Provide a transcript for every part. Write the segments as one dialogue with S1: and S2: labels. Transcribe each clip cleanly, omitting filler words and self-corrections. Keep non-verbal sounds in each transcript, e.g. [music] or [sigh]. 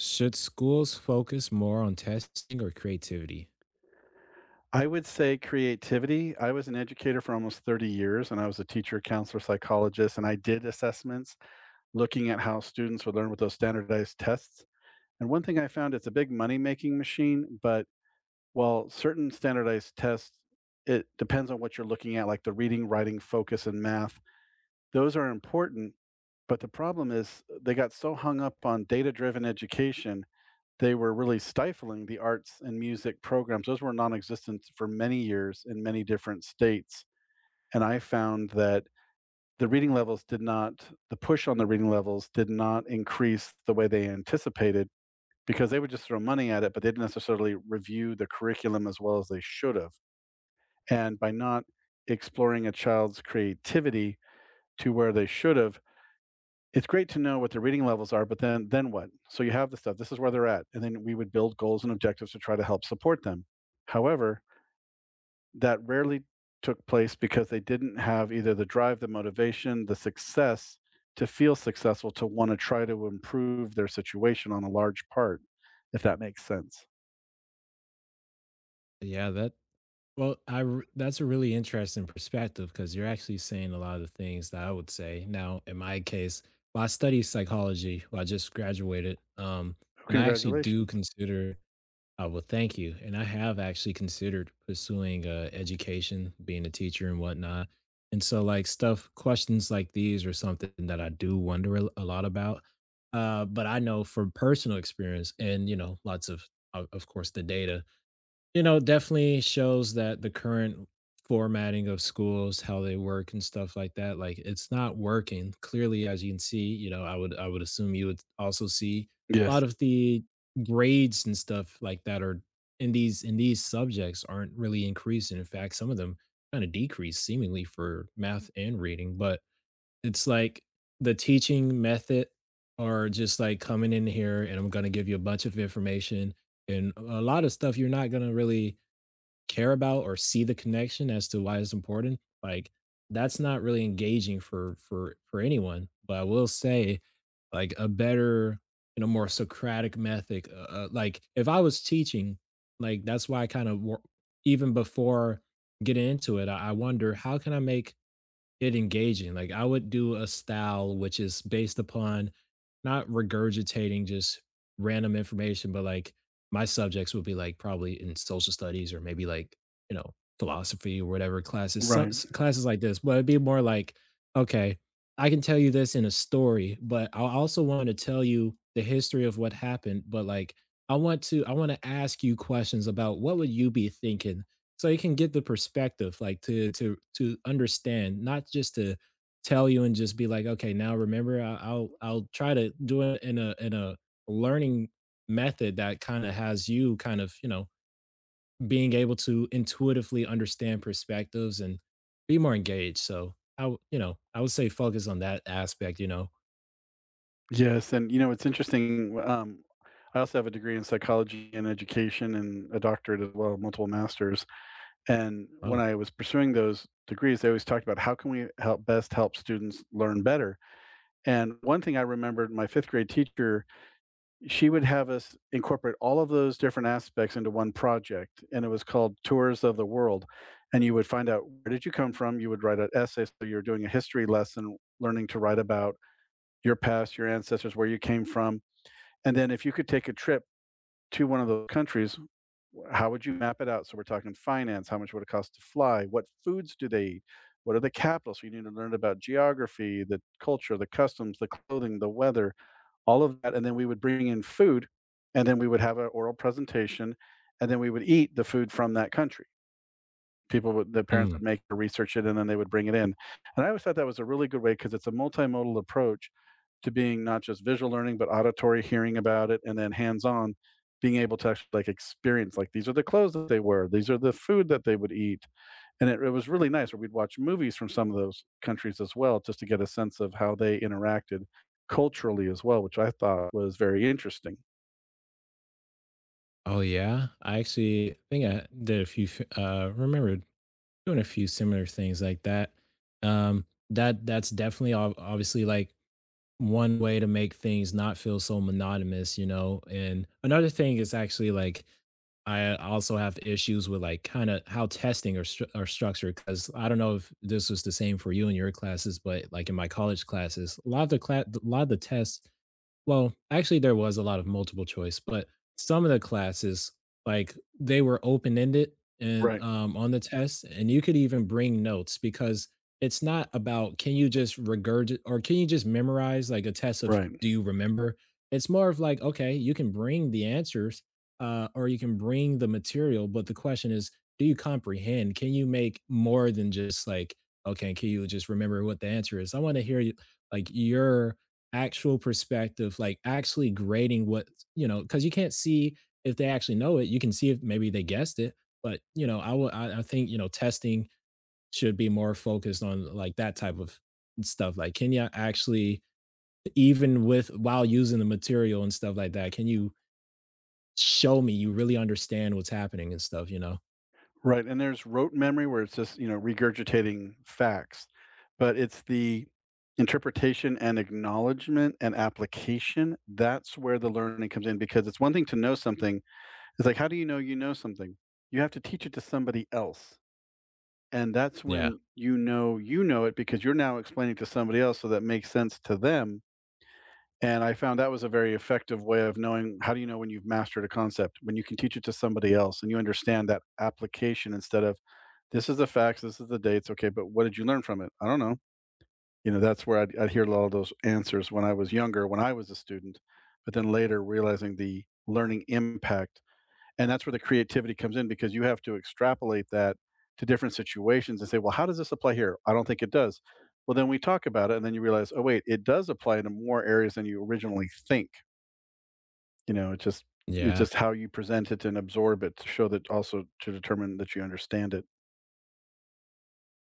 S1: Should schools focus more on testing or creativity?
S2: I would say creativity. I was an educator for almost 30 years, and I was a teacher, counselor, psychologist, and I did assessments looking at how students would learn with those standardized tests. And one thing I found, it's a big money making machine, but while certain standardized tests, it depends on what you're looking at, like the reading, writing, focus, and math, those are important. But the problem is they got so hung up on data driven education they were really stifling the arts and music programs. Those were non-existent for many years in many different states. And I found that the push on the reading levels did not increase the way they anticipated because they would just throw money at it, but they didn't necessarily review the curriculum as well as they should have. And by not exploring a child's creativity to where they should have, it's great to know what their reading levels are, but then what? So you have the stuff. This is where they're at, and then we would build goals and objectives to try to help support them. However, that rarely took place because they didn't have either the drive, the motivation, the success to feel successful to want to try to improve their situation on a large part, if that makes sense.
S1: Yeah, that well, that's a really interesting perspective because you're actually saying a lot of the things that I would say. Now, in my case, well, I study psychology. Well, I just graduated, and I actually do
S2: Congratulations.
S1: consider. Oh, well, thank you. And I have actually considered pursuing education, being a teacher and whatnot. And so, like, stuff, questions like these are something that I do wonder a lot about. But I know from personal experience and, you know, lots of, of course, the data, you know, definitely shows that the current formatting of schools, how they work and stuff like that, like, it's not working. Clearly, as you can see, you know, I would assume you would also see a lot
S2: Yes.
S1: of the grades and stuff like that are in these subjects aren't really increasing. In fact, some of them kinda decrease seemingly for math and reading, but it's like the teaching method are just, like, coming in here, and I'm gonna give you a bunch of information and a lot of stuff you're not gonna really care about or see the connection as to why it's important, like, that's not really engaging for for anyone. But I will say, like, a better, you know, more Socratic method, like, if I was teaching, like, that's why I kind of even before getting into it, I wonder, how can I make it engaging? Like, I would do a style which is based upon not regurgitating just random information, but, like, my subjects would be, like, probably in social studies or maybe, like, you know, philosophy or whatever classes, so
S2: Right.
S1: s classes like this, but it'd be more like, "Okay, I can tell you this in a story, but I also wanna tell you the history of what happened, but, like, I want to I wanna ask you questions about what would you be thinking so you can get the perspective, like to understand, not just to tell you and just be like, okay, now remember, I'll try to do it in a learning method that kind of has you kind of, you know, being able to intuitively understand perspectives and be more engaged. So you know, I would say focus on that aspect. You know,
S2: Yes, and you know it's interesting. I also have a degree in psychology and education and a doctorate as well, multiple masters. And when
S1: oh,
S2: I was pursuing those degrees, they always talked about how can we help best help students learn better. And one thing I remembered, my fifth grade teacher, she would have us incorporate all of those different aspects into one project, and it was called Tours of the World. And you would find out where did you come from. You would write an essay, so you're doing a history lesson, learning to write about your past, your ancestors, where you came from, and then if you could take a trip to one of those countries, how would you map it out? So we're talking finance. How much would it cost to fly? What foods do they eat? What are the capitals? So you need to learn about geography, the culture, the customs, the clothing, the weather, all of that. And then we would bring in food, and then we would have an oral presentation, and then we would eat the food from that country. People would The parents
S1: mm,
S2: would make or research it, and then they would bring it in. And I always thought that was a really good way because it's a multimodal approach to being not just visual learning, but auditory, hearing about it, and then hands-on, being able to actually, like, experience, like, these are the clothes that they wear, these are the food that they would eat, and it was really nice, or we'd watch movies from some of those countries as well, just to get a sense of how they interacted culturally as well, which I thought was very interesting.
S1: oh yeah, I actually think I did a few. Remember doing a few similar things like that. That that's definitely obviously like one way to make things not feel so monotonous, you know. And another thing is actually like I also have issues with like kind of how testing are structured because I don't know if this was the same for you in your classes, but like in my college classes, a lot of the class, a lot of the tests, well, actually, there was a lot of multiple choice, but some of the classes, like, they were open-ended and,
S2: Right,
S1: on the test, and you could even bring notes because it's not about can you just regurgitate or can you just memorize, like, a test of
S2: right.
S1: do you remember? It's more of like, okay, you can bring the answers, or you can bring the material, but the question is, do you comprehend? Can you make more than just like, okay, can you just remember what the answer is? I wanna hear you like, your actual perspective, like actually grading what, you know, because you can't see if they actually know it. You can see if maybe they guessed it, but, you know, I think, you know, testing should be more focused on like that type of stuff. Like, can you actually, even with while using the material and stuff like that, can you show me you really understand what's happening and stuff? You know?
S2: Right, and there's rote memory where it's just, you know, regurgitating facts, but it's the interpretation and acknowledgement and application, that's where the learning comes in because it's one thing to know something. It's like, how do you know something? You have to teach it to somebody else. And that's
S1: Yeah.
S2: when you know it because you're now explaining to somebody else so that makes sense to them, and I found that was a very effective way of knowing how do you know when you've mastered a concept? When you can teach it to somebody else and you understand that application instead of this is the facts, this is the dates. Okay, but what did you learn from it? I don't know. You know, that's where I'd hear a lot of those answers when I was younger, when I was a student, but then later realizing the learning impact, and that's where the creativity comes in because you have to extrapolate that to different situations and say, well, how does this apply here? I don't think it does. Well, then we talk about it, and then you realize, oh wait, it does apply to more areas than you originally think. You know, it's
S1: Yeah.
S2: just how you present it and absorb it to show that, also to determine that you understand it.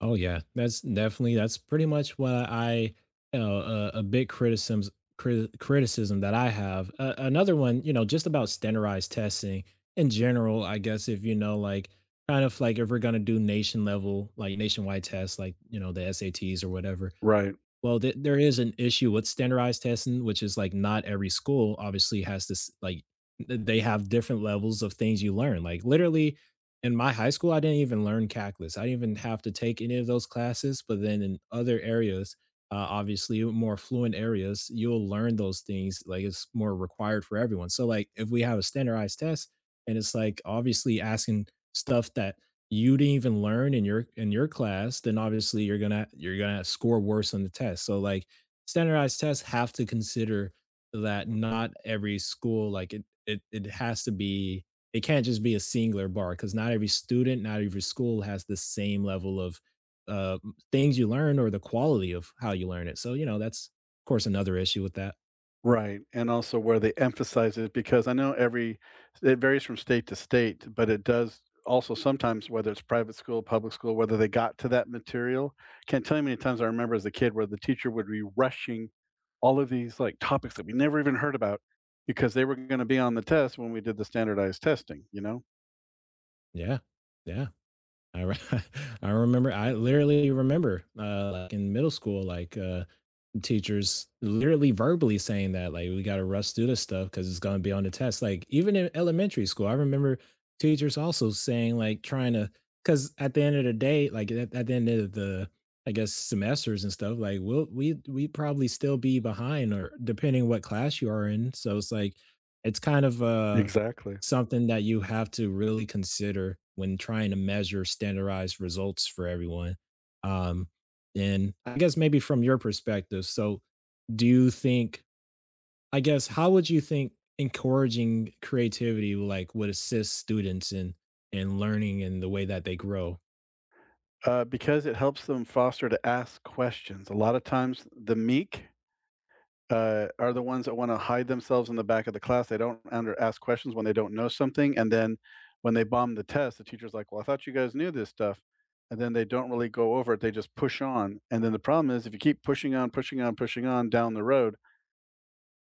S1: Oh yeah, that's definitely that's pretty much what I, you know, a big criticism that I have. Another one, you know, just about standardized testing in general. I guess if you know, like, kind of like if we're gonna do nation level, like nationwide tests, like you know the SATs or whatever.
S2: Right.
S1: Well, there is an issue with standardized testing, which is, like, not every school obviously has this, like, th they have different levels of things you learn, like, literally, in my high school, I didn't even learn calculus. I didn't even have to take any of those classes, but then in other areas, obviously, more fluent areas, you'll learn those things, like, it's more required for everyone. So, like, if we have a standardized test and it's, like, obviously asking stuff that you didn't even learn in your class, then obviously you're gonna score worse on the test. So like standardized tests have to consider that not every school like it has to be it can't just be a singular bar because not every student, not every school has the same level of uh things you learn or the quality of how you learn it. So you know that's of course another issue with that.
S2: Right, and also where they emphasize it because I know every, it varies from state to state, but it does also sometimes whether it's private school, public school, whether they got to that material. Can't tell you how many times I remember as a kid where the teacher would be rushing all of these, like, topics that we never even heard about because they were gonna be on the test when we did the standardized testing, you know?
S1: Yeah, yeah. I re- [laughs] I remember I literally remember like in middle school like teachers literally verbally saying that like we got to rush through this stuff because it's going to be on the test, like even in elementary school, I remember teachers also saying like trying to, because at the end of the day like at the end of the, I guess, semesters and stuff like we probably still be behind or depending what class you are in, so it's like it's kind of
S2: Exactly.
S1: something that you have to really consider when trying to measure standardized results for everyone. um and I guess maybe from your perspective, so do you think, I guess, how would you think encouraging creativity like would assist students in learning and the way that they grow?
S2: Because it helps them foster to ask questions. A lot of times the meek are the ones that want to hide themselves in the back of the class. They don't under ask questions when they don't know something, and then when they bomb the test, the teacher's like, "Well, I thought you guys knew this stuff," and then they don't really go over it. They just push on, and then the problem is if you keep pushing on down the road,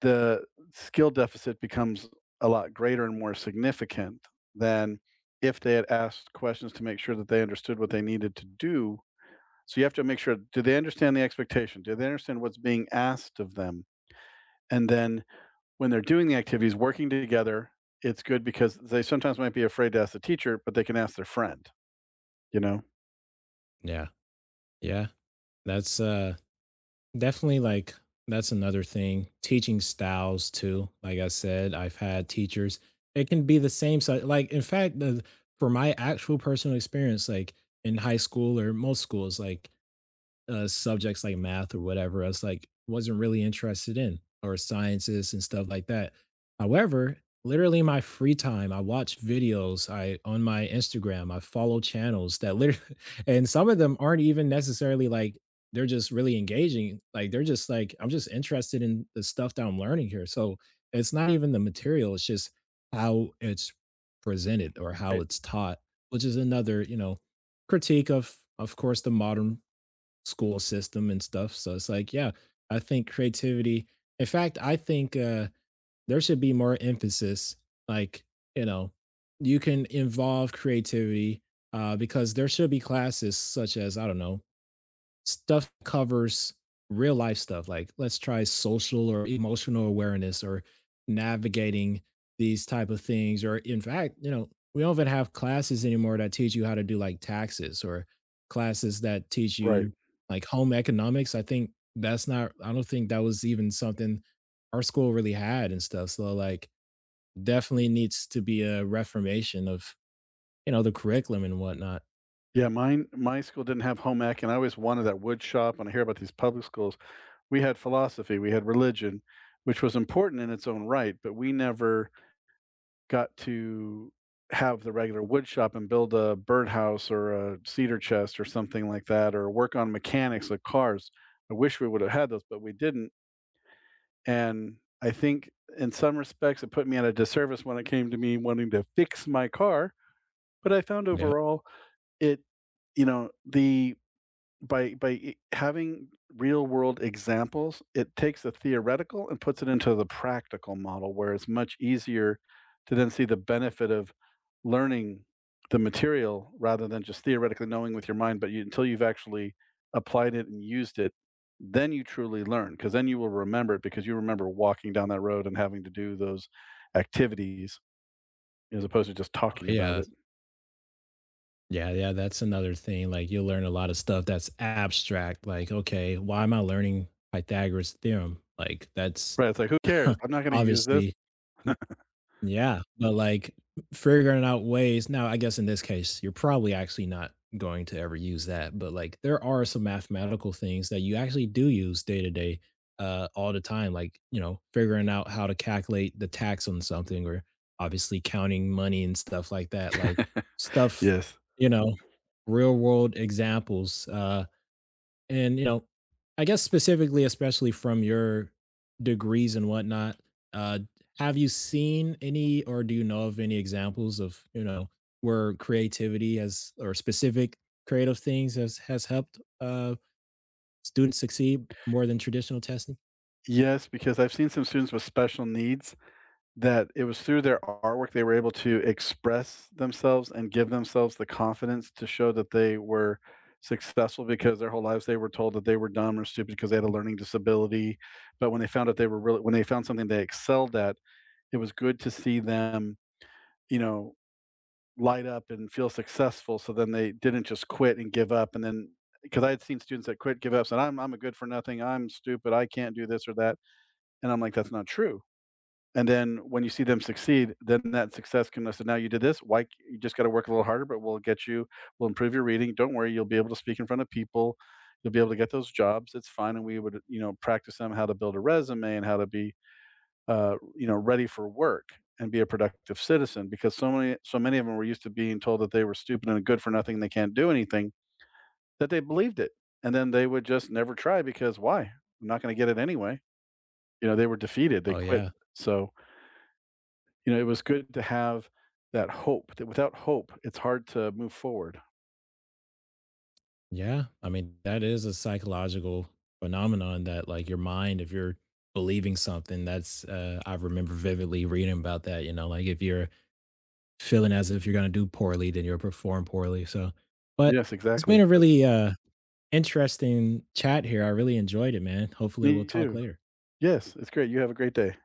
S2: the skill deficit becomes a lot greater and more significant than if they had asked questions to make sure that they understood what they needed to do. So you have to make sure, do they understand the expectation? Do they understand what's being asked of them? And then when they're doing the activities, working together, it's good because they sometimes might be afraid to ask the teacher, but they can ask their friend, you know?
S1: Yeah. Yeah. That's definitely like that's another thing. Teaching styles too. Like I said, I've had teachers. It can be the same so like in fact the for my actual personal experience like in high school or most schools like subjects like math or whatever else, like wasn't really interested in or sciences and stuff like that. However, literally in my free time, I watch videos I on my Instagram, I follow channels that literally [laughs] and some of them aren't even necessarily like they're just really engaging. Like they're just like, I'm just interested in the stuff that I'm learning here. So it's not even the material, it's just how it's presented or how
S2: Right,
S1: it's taught, which is another, you know, critique of course the modern school system and stuff. So it's like, yeah, I think creativity. In fact, I think there should be more emphasis. Like, you know, you can involve creativity, because there should be classes such as, I don't know, stuff covers real life stuff like let's try social or emotional awareness or navigating these type of things, or in fact, you know, we don't even have classes anymore that teach you how to do like taxes or classes that teach
S2: right.
S1: you like home economics. I think that's not, I don't think that was even something our school really had and stuff, so like definitely needs to be a reformation of, you know, the curriculum and whatnot.
S2: Yeah, mine my school didn't have home ec, and I always wanted that wood shop. When I hear about these public schools, we had philosophy, we had religion, which was important in its own right, but we never got to have the regular wood shop and build a birdhouse or a cedar chest or something like that, or work on mechanics of cars. I wish we would have had those, but we didn't. And I think in some respects, it put me at a disservice when it came to me wanting to fix my car. But I found
S1: Yep.
S2: overall it, you know, the by e having real world examples, it takes the theoretical and puts it into the practical model where it's much easier to then see the benefit of learning the material rather than just theoretically knowing with your mind, but you until you've actually applied it and used it, then you truly learn because then you will remember it because you remember walking down that road and having to do those activities as opposed to just
S1: Oh,
S2: talking about
S1: yeah.
S2: it.
S1: Yeah, yeah, that's another thing, like, you'll learn a lot of stuff that's abstract, like, "Okay, why am I learning Pythagoras' theorem?" Like, that's
S2: Right, it's like, "Who cares?
S1: [laughs]
S2: I'm not gonna use this."
S1: obviously yeah, but, like, figuring out ways now, I guess in this case, you're probably actually not going to ever use that, but, like, there are some mathematical things that you actually do use day to day, all the time, like, you know, figuring out how to calculate the tax on something or obviously counting money and stuff like that, like, stuff,
S2: Yes.
S1: you know, real world examples, and, you know, I guess specifically, especially from your degrees and whatnot, uh, have you seen any or do you know of any examples of, you know, where creativity has or specific creative things has helped students succeed more than traditional testing?
S2: Yes, because I've seen some students with special needs that it was through their artwork they were able to express themselves and give themselves the confidence to show that they were successful because their whole lives they were told that they were dumb or stupid because they had a learning disability. But when they found out they were really when they found something they excelled at, it was good to see them, you know, light up and feel successful. So then they didn't just quit and give up, and then because I had seen students that quit, give up, said, I'm a good for nothing, I'm stupid, I can't do this or that. And I'm like, that's not true, and then when you see them succeed, then that success can listen. Now you did this. Why, you just got to work a little harder, but we'll get you. We'll improve your reading. Don't worry, you'll be able to speak in front of people. You'll be able to get those jobs. It's fine, and we would, you know, practice them how to build a resume and how to be you know, ready for work and be a productive citizen. Because so many of them were used to being told that they were stupid and good for nothing, and they can't do anything that they believed it, and then they would just never try because why? I'm not going to get it anyway. You know they were defeated. They
S1: Oh
S2: quit.
S1: yeah.
S2: So you know, it was good to have that hope, that without hope, it's hard to move forward.
S1: Yeah. I mean, that is a psychological phenomenon that like your mind, if you're believing something, that's I remember vividly reading about that, you know, like if you're feeling as if you're gonna do poorly, then you'll perform poorly, so but
S2: Yes,
S1: it's
S2: exactly,
S1: been a
S2: but
S1: really, interesting chat here, I really enjoyed it, man. Hopefully, we'll
S2: me
S1: talk
S2: too.
S1: later.
S2: Yes, it's great. You have a great day.